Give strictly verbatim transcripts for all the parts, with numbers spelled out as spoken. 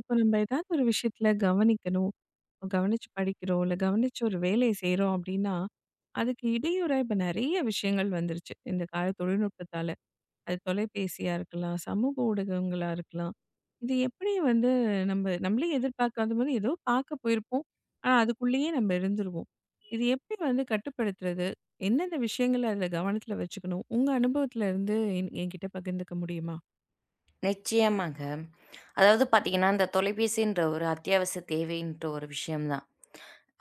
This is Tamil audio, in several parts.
இப்போ நம்ம ஏதாவது ஒரு விஷயத்துல கவனிக்கணும், கவனிச்சு படிக்கிறோம், இல்ல கவனிச்சு ஒரு வேலைய செய்றோம் அப்படின்னா, அதுக்கு இடையூறா இப்ப நெறைய விஷயங்கள் வந்துருச்சு இந்த கால தொழில்நுட்பத்தால. அது தொலைபேசியா இருக்கலாம், சமூக ஊடகங்களா இருக்கலாம். இது எப்படி வந்து நம்ம நம்மளே எதிர்பார்க்காத மாரி ஏதோ பார்க்க போயிருப்போம். ஆனா, அதுக்குள்ளேயே நம்ம இருந்துருவோம். இது எப்படி வந்து கட்டுப்படுத்துறது? எந்தெந்த விஷயங்கள அதுல கவனத்துல வச்சுக்கணும்? உங்க அனுபவத்துல இருந்து என் என்கிட்ட பகிர்ந்துக்க முடியுமா? நிச்சயமாங்க. அதாவது பார்த்தீங்கன்னா, இந்த தொலைபேசின்ற ஒரு அத்தியாவசிய தேவைன்ற ஒரு விஷயம் தான்.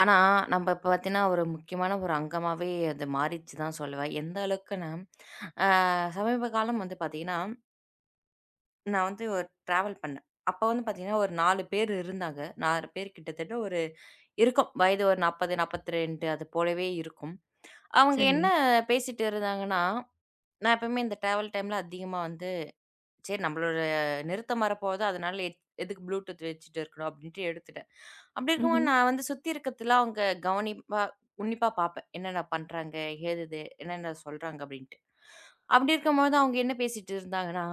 ஆனா, நம்ப இப்ப பார்த்தீங்கன்னா, ஒரு முக்கியமான ஒரு அங்கமாவே அது மாறிடுச்சு தான் சொல்லுவேன். எந்த அளவுக்குன்னா, அ சமீப காலம் வந்து பார்த்தீங்கன்னா, நான் வந்து ஒரு ட்ராவல் பண்ணேன். அப்ப வந்து பார்த்தீங்கன்னா, ஒரு நாலு பேர் இருந்தாங்க. நாலு பேர் கிட்டத்தட்ட ஒரு இருக்கும். வயது ஒரு நாற்பது, நாற்பத்தி இரண்டு அது போலவே இருக்கும். அவங்க சரி. என்ன பேசிட்டு இருந்தாங்கன்னா, நான் எப்பவுமே இந்த ட்ராவல் டைம்ல அதிகமா வந்து சரி நம்மளோட நிறுத்தம் வரப்போகுது. அதனால எத் எதுக்கு ப்ளூடூத் வச்சுட்டு இருக்கணும் அப்படின்ட்டு எடுத்துட்டேன். அப்படி இருக்கும்போது ம்ஹ்ம். நான் வந்து சுத்தி இருக்கிறதெல்லாம் அவங்க கவனிப்பா உன்னிப்பா பார்ப்பேன். என்னென்ன பண்றாங்க? ஏதுது? என்னென்ன சொல்றாங்க? அப்படின்ட்டு. அப்படி இருக்கும்போது அவங்க என்ன பேசிட்டு இருந்தாங்கன்னா,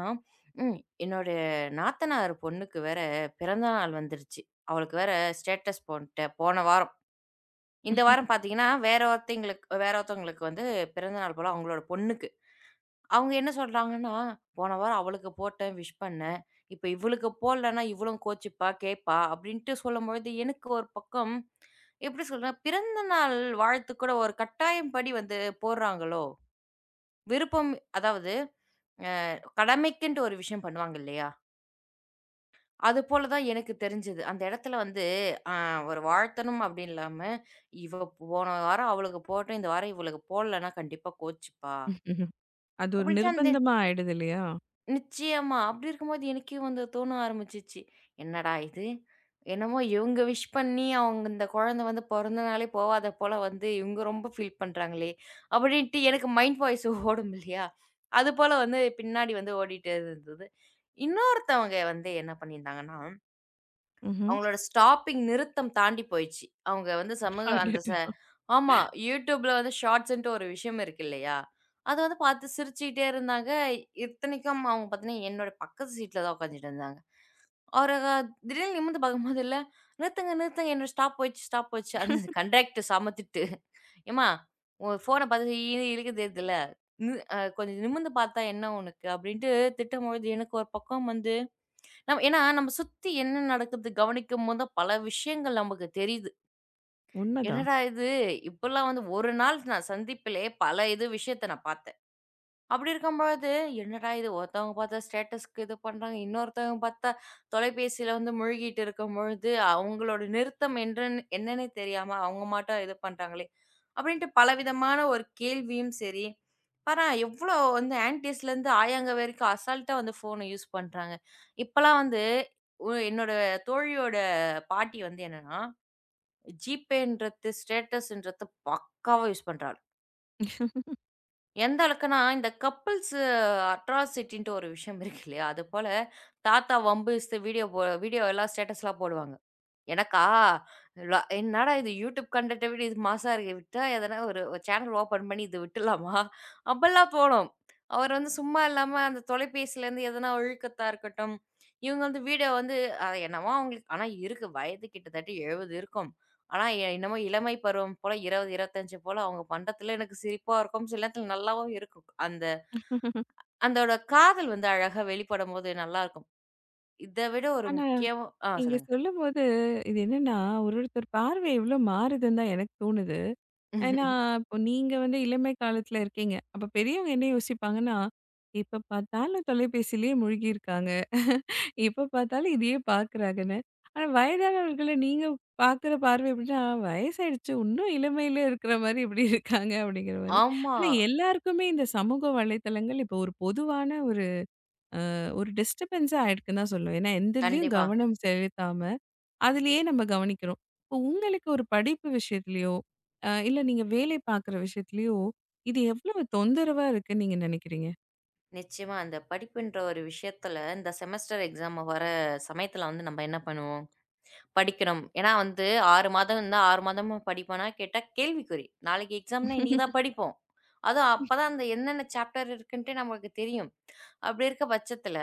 ம் என்னோட நாத்தனார் பொண்ணுக்கு வேற பிறந்த நாள் வந்துருச்சு. அவளுக்கு வேற ஸ்டேட்டஸ் போட்டேன் போன வாரம். இந்த வாரம் பார்த்தீங்கன்னா, வேற ஒருத்தைங்களுக்கு வேற ஒருத்தவங்களுக்கு வந்து பிறந்த நாள் போல அவங்களோட பொண்ணுக்கு. அவங்க என்ன சொல்றாங்கன்னா, "போன வாரம் அவளுக்கு போட்டேன், விஷ் பண்ணேன். இப்ப இவளுக்கு போடலன்னா, இவளும் கோச்சிப்பா, கேட்பா" அப்படின்ட்டு சொல்லும்பொழுது, எனக்கு ஒரு பக்கம் எப்படி சொல்றது? பிறந்த நாள் வாழ்த்து கூட ஒரு கட்டாயம் படி வந்து போடுறாங்களோ? விருப்பம் அதாவது அ கடமைக்குன்ட்டு ஒரு விஷயம் பண்ணுவாங்க இல்லையா? அது போல தான் எனக்கு தெரிஞ்சது. அந்த இடத்துல வந்து அ ஒரு வாழ்த்தணும் அப்படின்னு இல்லாம, "இவ போன வாரம் அவளுக்கு போட்டேன், இந்த வாரம் இவளுக்கு போடலன்னா கண்டிப்பா கோச்சிப்பா" அது ஒரு அப்படின்ட்டு அந்த நிர்பந்தமா ஆயிடுது இல்லையா? நிச்சயமா. அப்படி இருக்கும்போது எனக்கே வந்து தோண ஆரம்பிச்சுச்சு. என்னடா இது? என்னமோ இவங்க விஷ் பண்ணி அவங்க இந்த குழந்தை வந்து பொறந்த நாளே போவாத போல வந்து இவங்க ரொம்ப ஃபீல் பண்றாங்களே! அப்படின்ட்டு எனக்கு மைண்ட் வாய்ஸ் ஓடும் இல்லையா? அது போல வந்து பின்னாடி வந்து ஓடிட்டே இருந்தது. இன்னொருத்தவங்க வந்து என்ன பண்ணியிருந்தாங்கன்னா ம்ஹ்ம். அவங்களோட ஸ்டாப்பிங் நிறுத்தம் தாண்டி போயிடுச்சு. அவங்க வந்து சமூக அந்த ச அடடா! ஆமா. YouTubeல வந்து ஷார்ட்ஸ்ன்ட்டு ஒரு விஷயம் இருக்கு இல்லையா? அத வந்து பார்த்து சிரிச்சுக்கிட்டே இருந்தாங்க. இத்தனைக்கும் அவங்க பார்த்தீங்கன்னா, என்னோட பக்கத்து சீட்ல தான் உட்காந்துட்டு இருந்தாங்க. அவரு திடீர்னு நிமிர்ந்து பார்க்கும்போது இல்ல, "நிறுத்துங்க, நிறுத்துங்க என்னோட ஸ்டாப் போயிடுச்சு, ஸ்டாப் போயிடுச்சு." அந்த கண்டக்டர் செம திட்டு. "ஏம்மா! உன் ஃபோன பார்த்து ஈன்னு இழுக்குது இதுல. நி அ கொஞ்சம் நிமிர்ந்து பார்த்தா என்ன உனக்கு?" அப்படின்ட்டு திட்டும்பொழுது எனக்கு ஒரு பக்கம் வந்து நம்ம ஏன்னா, நம்ம சுத்தி என்ன நடக்குது கவனிக்கும்போது தான் பல விஷயங்கள் நமக்கு தெரியுது. உண்மதான். என்னடா இது! இப்பல்லாம் வந்து ஒரு நாள் நான் சந்திப்பிலே பல இது விஷயத்த நான் பாத்தேன். அப்படி இருக்கும்பொழுது, என்னடா இது ஒருத்தவங்க பார்த்தா ஸ்டேட்டஸ்க்கு இது பண்றாங்க. இன்னொருத்தவங்க பார்த்தா தொலைபேசியில வந்து மூழ்கிட்டு இருக்கும்பொழுது, அவங்களோட நிறுத்தம் என்றன்னு என்னன்னே தெரியாம அவங்க மாட்டும் இது பண்றாங்களே! அப்படின்ட்டு பலவிதமான ஒரு கேள்வியும் சரி, பாரா எவ்வளோ வந்து ஆன்டிஸ்லேருந்து ஆயாங்க வரைக்கும் அசால்ட்டா வந்து ஃபோன யூஸ் பண்றாங்க. இப்பலாம் வந்து ஒ என்னோட தோழியோட பாட்டி வந்து என்னன்னா, GPayன்றது, ஸ்டேட்டஸ்ன்றது பக்காவா யூஸ் பண்றாள். எந்த அளவுக்குன்னா, இந்த கப்புல்ஸ் அட்ராசிட்டின்ட்டு ஒரு விஷயம் இருக்கு இல்லையா? அதுபோல தாத்தா வம்பு இஸ்து வீடியோ போ வீடியோ எல்லாம் ஸ்டேட்டஸ்லாம் போடுவாங்க. எனக்கா ல என்னடா இது யூடியூப் கன்டென்ட்ட விட இது மாசா இருக்கு. விட்டா எதனா ஒரு சேனல் ஓப்பன் பண்ணி இது விட்டுடலாமா? அப்பல்லாம் தோணும். அவர் வந்து சும்மா இல்லாம அந்த தொலைபேசியிலேருந்து எதனா ஒழுக்கத்தா இருக்கட்டும், இவங்க வந்து வீடியோ வந்து அ என்னவோ அவங்களுக்கு ஆனா இருக்கு வயது கிட்டத்தட்ட எழுபது இருக்கும். ஆனா, எ என்னமோ இளமை பருவம் போல இருபது, இருபத்தி ஐந்து போல அவங்க பண்றதுல எனக்கு சிரிப்பா இருக்கும். சில நேரத்துல நல்லாவும் இருக்கும். அந்த அந்தோட காதல் வந்து அழகா வெளிப்படும்போது நல்லாருக்கும். இத விட ஒரு ஆனா முக்கியம் ஆ நீங்க சொல்லுங்க. சொல்லும்போது, இது என்னன்னா ஒரு ஒருத்தர் பார்வை எவ்ளோ மாறுதுன்னு தான் எனக்கு தோணுது. ஏன்னா, இப்போ நீங்க வந்து இளமை காலத்துல இருக்கீங்க. அப்ப பெரியவங்க என்ன யோசிப்பாங்கன்னா, எப்ப பார்த்தாலும் தொலைபேசியிலேயே மூழ்கி இருக்காங்க. எப்ப பார்த்தாலும் இதையே பார்க்குறாங்கன்னு. ஆனா வயதானவர்கள நீங்க பார்க்குற பார்வை எப்படின்னா, வயசாயிடுச்சு இன்னும் இளமையில இருக்கிற மாரி இப்படி இருக்காங்க அப்படிங்கிற மாரி. ஆமா. ஆனா எல்லாருக்குமே இந்த சமூக வலைத்தளங்கள் இப்போ ஒரு பொதுவான ஒரு ஒரு டிஸ்டர்பன்ஸா ஆயிடுக்குன்னு தான் சொல்லுவேன். ஏன்னா, எந்தலயும் கண்டிப்பா. கவனம் செலுத்தாம, அதிலயே நம்ம கவனிக்கிறோம். இப்போ உங்களுக்கு ஒரு படிப்பு விஷயத்திலயோ, அ இல்ல நீங்க வேலை பார்க்குற விஷயத்திலயோ, இது எவ்வளவு தொந்தரவா இருக்குன்னு நீங்க நினைக்கிறீங்க? நிச்சயமா. அந்த படிப்புன்ற ஒரு விஷயத்துல இந்த செமஸ்டர் எக்ஸாம் வர சமயத்துல வந்து நம்ம என்ன பண்ணுவோம்? படிக்கணும். ஏன்னா வந்து ஆறு மாதம் இருந்தா ஆறு மாதமும் படிப்போனா கேட்டா கேள்விக்குறி. நாளைக்கு எக்ஸாம்னா இன்னைக்கு தான் படிப்போம். அதுவும் அப்பதான் அந்த என்னென்ன சாப்டர் இருக்குன்ட்டே நமக்கு தெரியும். அப்படி இருக்க பட்சத்துல,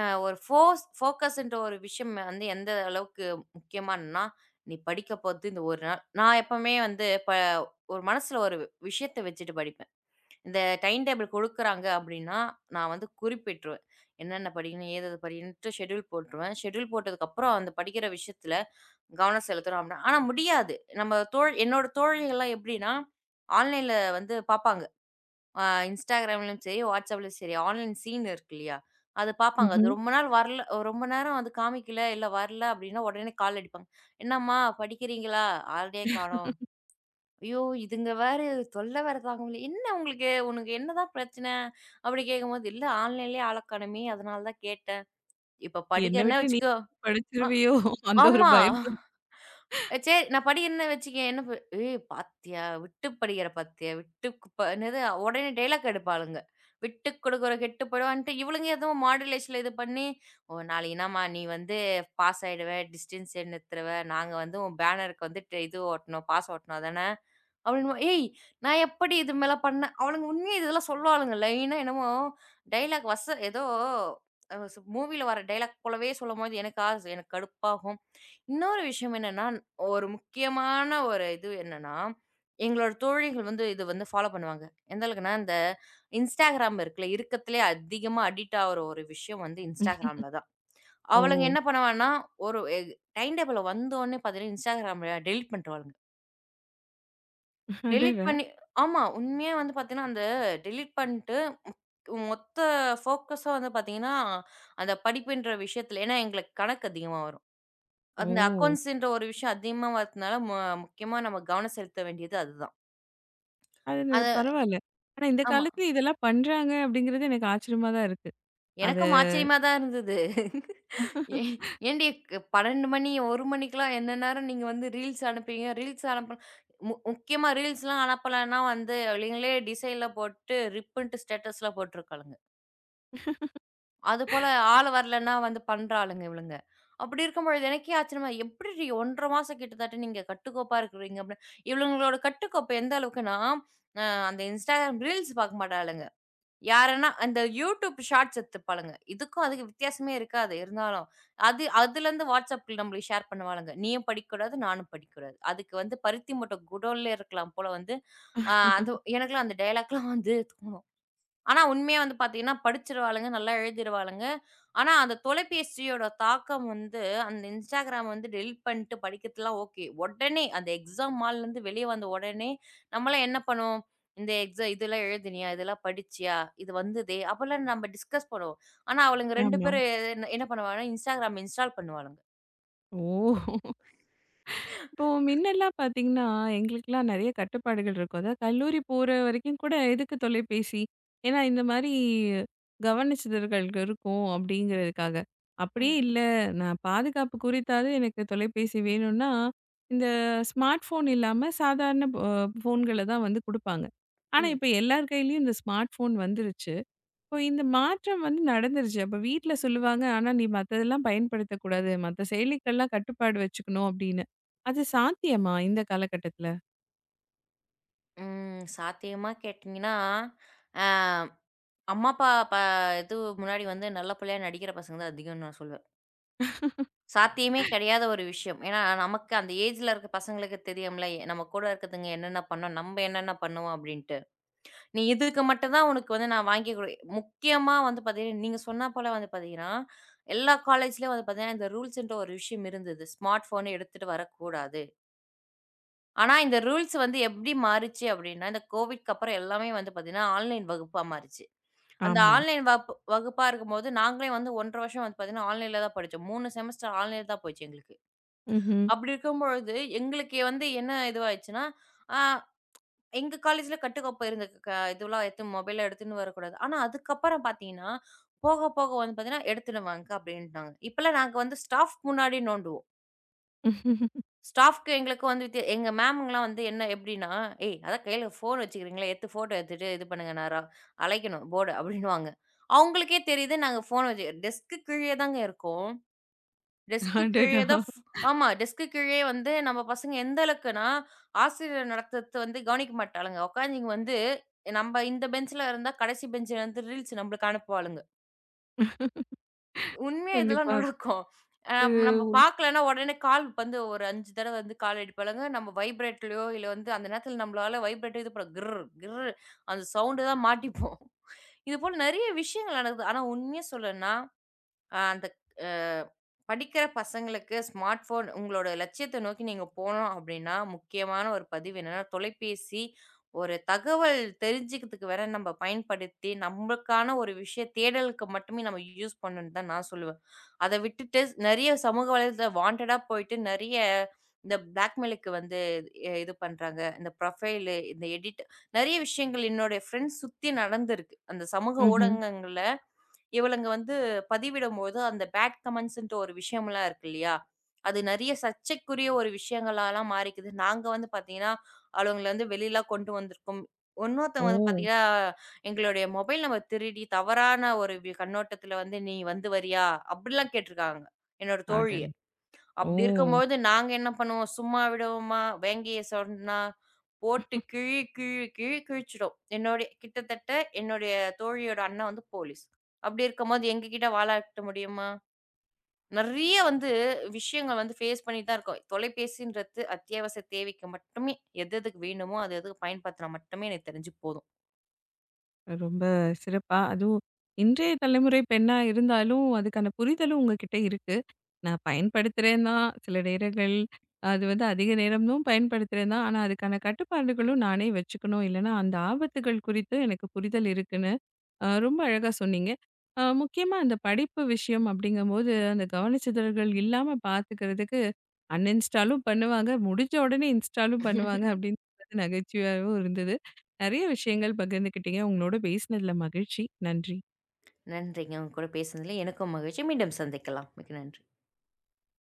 அ ஒரு ஃபோஸ் ஃபோக்கஸ்ன்ற ஒரு விஷயம் வந்து எந்த அளவுக்கு முக்கியமான்னா, நீ படிக்க போறது இந்த ஒரு நாள். நான் எப்பவுமே வந்து ப ஒரு மனசுல ஒரு விஷயத்த வச்சுட்டு படிப்பேன். இந்த டைம் டேபிள் குடுக்குறாங்க அப்படின்னா, நான் வந்து குறிப்பிட்டுருவேன். என்னென்ன படிக்கணும், ஏதேது படிக்கணும்ன்ட்டு ஷெட்யூல் போட்டுருவேன். ஷெட்யூல் போட்டதுக்கப்புறம் அந்த படிக்கிற விஷயத்துல கவனம் செலுத்தணும் அப்படின்னா ஆனா முடியாது. நம்ம தோழ் என்னோட தோழிகள்லாம் எப்படின்னா, ஆன்லைன்ல வந்து பாப்பாங்க. ஆ இன்ஸ்டாகிராம்லயும் சரி, வாட்ஸ்அப்லயும் சரி, ஆன்லைன் சீன் இருக்கு இல்லையா? அத பார்ப்பாங்க. அது ம்ஹ்ம். ரொம்ப நாள் வரல ரொம்ப நேரம் அது காமிக்கல, இல்ல வரல அப்படின்னா உடனே கால் அடிப்பாங்க. "என்னம்மா படிக்கிறீங்களா? ஆளையே காணோம்." ஐயோ! இதுங்க வேற தொல்ல வேற தாங்க முடியல. "என்ன உங்களுக்கு? உனக்கு என்னதான் பிரச்சனை?" அப்படி கேட்கும்போது, "இல்ல ஆன்லைன்லயே ஆள காணோமே, அதனால தான் கேட்டேன்." இப்ப என்ன படிக்கிறேன்னே விட்டு நீ வச்சுக்கோ அ படிச்சுருவியோ? அந்த ஒரு ஆமா. பயம் இருக்கு. அ சரி. நான் படிக்கிறேன்னு வச்சுக்கயேன். என்ன ப "ஏய் பாத்தியா? விட்டு படிக்கிற பாத்தியா? விட்டு குப்ப" என்னது உடனே டயலாக் எடுப்பாளுங்க. "விட்டு கொடுக்குற கெட்டு போயிடுவான்ட்டு" இவளுங்க ஏதோ மாடுலேஷன்ல இது பண்ணி, "ஓ நாளைக்குனாம்மா நீ வந்து பாஸ் ஆயிடுவ, டிஸ்டன்ஸ் நிறுத்துருவ, நாங்க வந்து உன் பேனருக்கு வந்து ட் இது ஒட்டணும், பாஸ் ஒட்டணும் தான? அப்படின்னு ஏய்! நான் எப்படி இது மேல பண்ணேன்? அவனுங்க உண்மையா இதெல்லாம் சொல்லுவாளுங்க. லைனா என்னமோ டயலாக் வச ஏதோ அ ஸ் மூவில வர டயலாக் போலவே சொல்லும்போது எனக்கா எனக்கு ஆசை, எனக்கு கடுப்பாகும். இன்னொரு விஷயம் என்னன்னா, ஒரு முக்கியமான ஒரு இது என்னன்னா, எங்களோட தோழிகள் வந்து இது வந்து ஃபாலோ பண்ணுவாங்க. எந்த அளவுக்குன்னா, இந்த Instagram இருக்குல்ல, இருக்கத்திலே அதிகமா அடிக்ட் ஆகுற ஒரு விஷயம் வந்து Instagramல தான். ஓ! அவளுங்க என்ன பண்ணுவான்னா, ஒரு எ டைம் டேபிள்ல வந்தோனே பார்த்தீங்கன்னா, Instagramல டெலீட் பண்ணிருவாளுங்க. டெலீட் அடடா! பண்ணி ஆமா. உண்மையா வந்து பார்த்தீங்கன்னா, அந்த டெலீட் பண்ணிட்டு மொ- மொத்த ஃபோக்கஸும் வந்து பார்த்தீங்கன்னா, அந்த படிப்புன்ற விஷயத்துல ஏன்னா எங்களுக்கு கணக்கு அதிகமா வரும். அந்த ஓ! அக்கவுண்ட்ஸ்ன்ற ஒரு விஷயம் அதிகமா வரதுனால, மு முக்கியமா நம்ம கவனம் செலுத்த வேண்டியது அதுதான். அது ந அது பரவால்ல. ஆனா, இந்த ஆமா. காலத்துல இதெல்லாம் பண்றாங்க அப்படிங்கிறது எனக்கு ஆச்சரியமா தான் இருக்கு. அது எனக்கும் ஆச்சரியமா தான் இருந்தது. ஏ ஏன்டி பன்னிரண்டு மணி, ஒன்று மணிக்கெல்லாம் என்ன நேரம் நீங்க வந்து ரீல்ஸ் அனுப்புவீங்க? ரீல்ஸ் அனுப்ப மு முக்கியமா ரீல்ஸ்லாம் அனுப்பலன்னா வந்து, அவங்களே டிசைன்ல போட்டு ரிப்புன்ட்டு ஸ்டேட்டஸ்லாம் போட்டுருக்காளுங்க. அதுபோல ஆள் வரலன்னா வந்து பண்ற ஆளுங்க இவளுங்க. அப்படி இருக்கும்பொழுது எனக்கே ஆச்சரியமா, "எப்படிடி ஒன்றரை 1/2 மாசம் கிட்டத்தட்ட நீங்க கட்டுக்கோப்பா இருக்கிறீங்க?" அப்படின்னு. இவளுங்களோட கட்டுக்கோப்பு எந்த அளவுக்குன்னா, அ அந்த Instagram ரீல்ஸ் பார்க்க மாட்டாளுங்க. யாருன்னா அந்த YouTube ஷார்ட்ஸ் எடுத்துப்பாளுங்க. இதுக்கும் அதுக்கும் வித்தியாசமே இருக்காது இருந்தாலும். அது அதுலேருந்து WhatsAppல நம்மளுக்கு ஷேர் பண்ணுவாளுங்க. "நீயும் படிக்கக்கூடாது, நானும் படிக்கக்கூடாது. அதுக்கு வந்து பருத்தி மூட்டை குடோன்ல இருக்கலாம் போல" வந்து அ அது எனக்கெல்லாம் அந்த டயலாக்லாம் வந்து தோணும். ஆனா உண்மையா வந்து பார்த்தீங்கன்னா, படிச்சிருவாளுங்க, நல்லா எழுதிருவாளுங்க. ஆனா அந்த தொலைபேசியோட தாக்கம் வந்து அந்த Instagram வந்து டெலீட் பண்ணிட்டு படிக்கிறதுலாம் ஓகே. உடனே அந்த எக்ஸாம் ஹால்லருந்து வெளிய வந்த உடனே, நம்மலாம் என்ன பண்ணுவோம்? இந்த எக்ஸா இதெல்லாம் எழுதினியா? இதெல்லாம் படிச்சியா? இது வந்ததே! அப்பலாம் நம்ம டிஸ்கஸ் பண்ணுவோம். ஆனா அவளுங்க ரெண்டு ஆமாம். பேரும் என்ன என்ன பண்ணுவாங்கன்னா, Instagram இன்ஸ்டால் பண்ணுவாளுங்க. ஓ! இப்போ முன்னெல்லாம் பார்த்தீங்கன்னா, எங்களுக்கெல்லாம் நெறைய கட்டுப்பாடுகள் இருக்கும். அதாவது கல்லூரி போற வரைக்கும் கூட எதுக்கு தொலைபேசி? ஏன்னா, இந்த மாரி கவனிச்சிதழ்கள் இருக்கும் அப்படிங்கிறதுக்காக. அப்படியே ம், இல்ல, நான் பாதுகாப்பு குறித்தாவது எனக்கு தொலைபேசி வேணும்னா, இந்த ஸ்மார்ட் ஃபோன் இல்லாம சாதாரண ப ஃபோன்கள தான் வந்து குடுப்பாங்க. ஆனா, ம். இப்ப எல்லார் கையிலயும் இந்த ஸ்மார்ட் ஃபோன் வந்துருச்சு. இப்போ இந்த மாற்றம் வந்து நடந்துருச்சு. அப்ப வீட்ல சொல்லுவாங்க, ஆனா நீ மத்ததெல்லாம் பயன்படுத்தக்கூடாது. மத்த செயலிக்கெல்லாம் கட்டுப்பாடு வச்சுக்கணும் அப்படின்னு. அது சாத்தியமா இந்த காலகட்டத்துல? ம். சாத்தியமா கேட்டீங்கன்னா, அ அம்மா, அப்பா ப இது முன்னாடி வந்து நல்ல பிள்ளையா நடிக்கிற பசங்க தான் அதிகம்ன்னு நான் சொல்லுவேன். சாத்தியமே கிடையாத ஒரு விஷயம். ஏன்னா, நமக்கு அந்த ஏஜ்ல இருக்க பசங்களுக்கு தெரியும்ல, எ- நம்ம கூட இருக்குதுங்க என்னென்ன பண்ணும், நம்ம என்னென்ன பண்ணுவோம் அப்படின்ட்டு. நீ இதுக்கு மட்டும் தான் உனக்கு வந்து நான் வாங்கி குடு முக்கியமா வந்து பார்த்தீங்கன்னா, நீங்க சொன்னா போல வந்து பார்த்தீங்கன்னா, எல்லா காலேஜ்லயும் வந்து பார்த்தீங்கன்னா, இந்த ரூல்ஸ்ன்ற ஒரு விஷயம் இருந்தது. ஸ்மார்ட் ஃபோன எடுத்துட்டு வரக்கூடாது. ஆனா, இந்த ரூல்ஸ் வந்து எப்படி மாறுச்சு அப்படின்னா, இந்த கோவிட்க்கு அப்புறம் எல்லாமே வந்து பார்த்தீங்கன்னா, ஆன்லைன் வகுப்பா மாறுச்சு. அந்த ஆமா. ஆன்லைன் வகுப் வகுப்பா இருக்கும்போது, நாங்களே வந்து ஒன்றரை 1/2 வருஷம் வந்து பார்த்தீங்கன்னா, ஆன்லைன்ல தான் படிச்சோம். மூன்று செமஸ்டர் ஆன்லைன்ல தான் போச்சு எங்களுக்கு. ம்ஹ்ம். அப்படி இருக்கும்பொழுது, எங்களுக்கு வந்து என்ன இதுவாயிருச்சுன்னா, அ எங்க காலேஜ்ல கட்டுக்கோப்பை இருந்தது. க இதுவெல்லாம் எடுத்து மொபைல்லாம் எடுத்துன்னு வரக்கூடாது. ஆனா, அதுக்கப்புறம் பார்த்தீங்கன்னா, போக போக வந்து பார்த்தீங்கன்னா, எடுத்துன்னு வாங்க அப்படின்ட்டாங்க. இப்பலாம் நாங்க வந்து ஸ்டாஃப் முன்னாடி நோண்டுவோம். ஸ்டாஃப்க்கு எங்களுக்கு வந்து வித்தியா எங்க மேம்ங்கலாம் வந்து என்ன எப்படின்னா, "ஏய் அதான் கையில ஃபோன் வச்சுக்கிறீங்களே, எடுத்து ஃபோட்டோ எடுத்துட்டு இது பண்ணுங்க நேரா, அழைக்கணும் போர்டு" அப்படின்னுவாங்க. அவங்களுக்கே தெரியுது நாங்க ஃபோன் வச்சு டெஸ்க்கு கீழயே தாங்க இருக்கோம். டெஸ்க்கு அடடா! கீழயே தான் ஃப் ஆமா. டெஸ்க்கு கீழயே வந்து நம்ம பசங்க எந்த அளவுக்குன்னா, ஆசிரியர் நடத்துறது வந்து கவனிக்க மாட்டாளுங்க. உட்காந்திங்க வந்து நம்ப இந்த பெஞ்ச்ல இருந்தா கடைசி பெஞ்ச்ல இருந்து ரீல்ஸ் நம்மளுக்கு அனுப்புவாளுங்க. உண்மையா இதெல்லாம் கண்டிப்பா. நடக்கும். அ இது நம்ம பார்க்கலன்னா உடனே கால் வந்து ஒரு அஞ்சு தடவ வந்து கால் அடிப்பாளுங்க. நம்ம வைப்ரேட்லயோ இல்ல வந்து அந்த நேரத்துல நம்மளால வைப்ரேட் இது பண்ண கிர் கிர் அந்த சவுண்ட் தான் மாட்டிப்போம். இதுபோல நெறைய விஷயங்கள் நடக்குது. ஆனா உண்மையா சொல்லணும்னா அ அந்த அ படிக்கிற பசங்களுக்கு ஸ்மார்ட் ஃபோன் உங்களோட லட்சியத்த நோக்கி நீங்க போனோம் அப்படின்னா, முக்கியமான ஒரு பதிவு என்னன்னா, தொலைபேசி ஒரு தகவல் தெரிஞ்சுக்கிறதுக்கு வேணா நம்ம பயன்படுத்தி, நம்மளுக்கான ஒரு விஷய தேடலுக்கு மட்டுமே நம்ம யூஸ் பண்ணணும்னு தான் நான் சொல்லுவேன். அத விட்டுட்டு நெறைய சமூக வலைதளத்துல வாண்டடா போயிட்டு நெறைய இந்த பிளாக்மெயிலுக்கு வந்து எ இது பண்றாங்க. இந்த ப்ரொஃபைலு, இந்த எடிட் நெறைய விஷயங்கள் என்னுடைய ஃப்ரெண்ட்ஸ் சுத்தி நடந்திருக்கு. அந்த சமூக ம்ஹ்ம். ஊடகங்கள்ல இவளுங்க வந்து பதிவிடும்போது, அந்த பேட் கமெண்ட்ஸ்ன்ட்டு ஒரு விஷயம்லாம் இருக்கு இல்லையா? அது நெறைய சர்ச்சைக்குரிய ஒரு விஷயங்களாலாம் மாறிக்குது. நாங்க வந்து பார்த்தீங்கன்னா, அவளுங்கள வந்து வெளிலலாம் கொண்டு வந்திருக்கோம். ஓ! இன்னொருத்தவங்க வந்து பார்த்தீங்கன்னா, எங்களுடைய மொபைல் நம்பர் திருடி தவறான ஒரு வி கண்ணோட்டத்துல வந்து, "நீ வந்து வரியா?" அப்படிலாம் கேட்டுருக்காங்க, என்னோட தோழிய. அடடா! ஓ! அப்படி இருக்கும்போது நாங்க என்ன பண்ணுவோம், சும்மா விடுவோமா? வேங்கய சொன்னா போட்டு கிழி கிழி கிழி கிழிச்சிடும். என்னுடைய கிட்டத்தட்ட என்னுடைய தோழியோட அண்ணன் வந்து போலீஸ். அப்படி இருக்கும்போது எங்ககிட்ட வாலாட்ட முடியுமா? நெறைய வந்து விஷயங்கள் வந்து ஃபேஸ் பண்ணி தான் இருக்கோம். தொலைபேசின்றது அத்தியாவசிய தேவைக்கு மட்டுமே எது எதுக்கு வேணுமோ, அது அதுக்கு பயன்படுத்தினா மட்டுமே எனக்கு தெரிஞ்சு போதும். ரொம்ப சிறப்பா அதுவும் இன்றைய தலைமுறை பெண்ணா இருந்தாலும், அதுக்கான புரிதலும் உங்ககிட்ட இருக்கு. நான் பயன்படுத்துறேன் தான். சில நேரங்கள் அது வந்து அதிக நேரமும் பயன்படுத்துறேன் தான். ஆனா, அதுக்கான கட்டுப்பாடுகளும் நானே வச்சுக்கணும். இல்லன்னா, அந்த ஆபத்துகள் குறித்து எனக்கு புரிதல் இருக்குன்னு அ ரொம்ப அழகா சொன்னீங்க. அ முக்கியமா அந்த படிப்பு விஷயம் அப்படிங்கும்போது, அந்த கவனச்சிதறல்கள் இல்லாம பார்த்துக்கிறதுக்கு அன்இன்ஸ்டாலும் பண்ணுவாங்க. முடிஞ்ச உடனே இன்ஸ்டாலும் பண்ணுவாங்க அப்படின்றது நகைச்சுவையாவும் இருந்தது. நெறைய விஷயங்கள் பகிர்ந்துக்கிட்டீங்க. உங்களோட பேசினதுல மகிழ்ச்சி. நன்றி. நன்றிங்க. உங்க கூட பேசுனதுல எனக்கும் மகிழ்ச்சி. மீண்டும் சந்திக்கலாம். மிக்க நன்றி.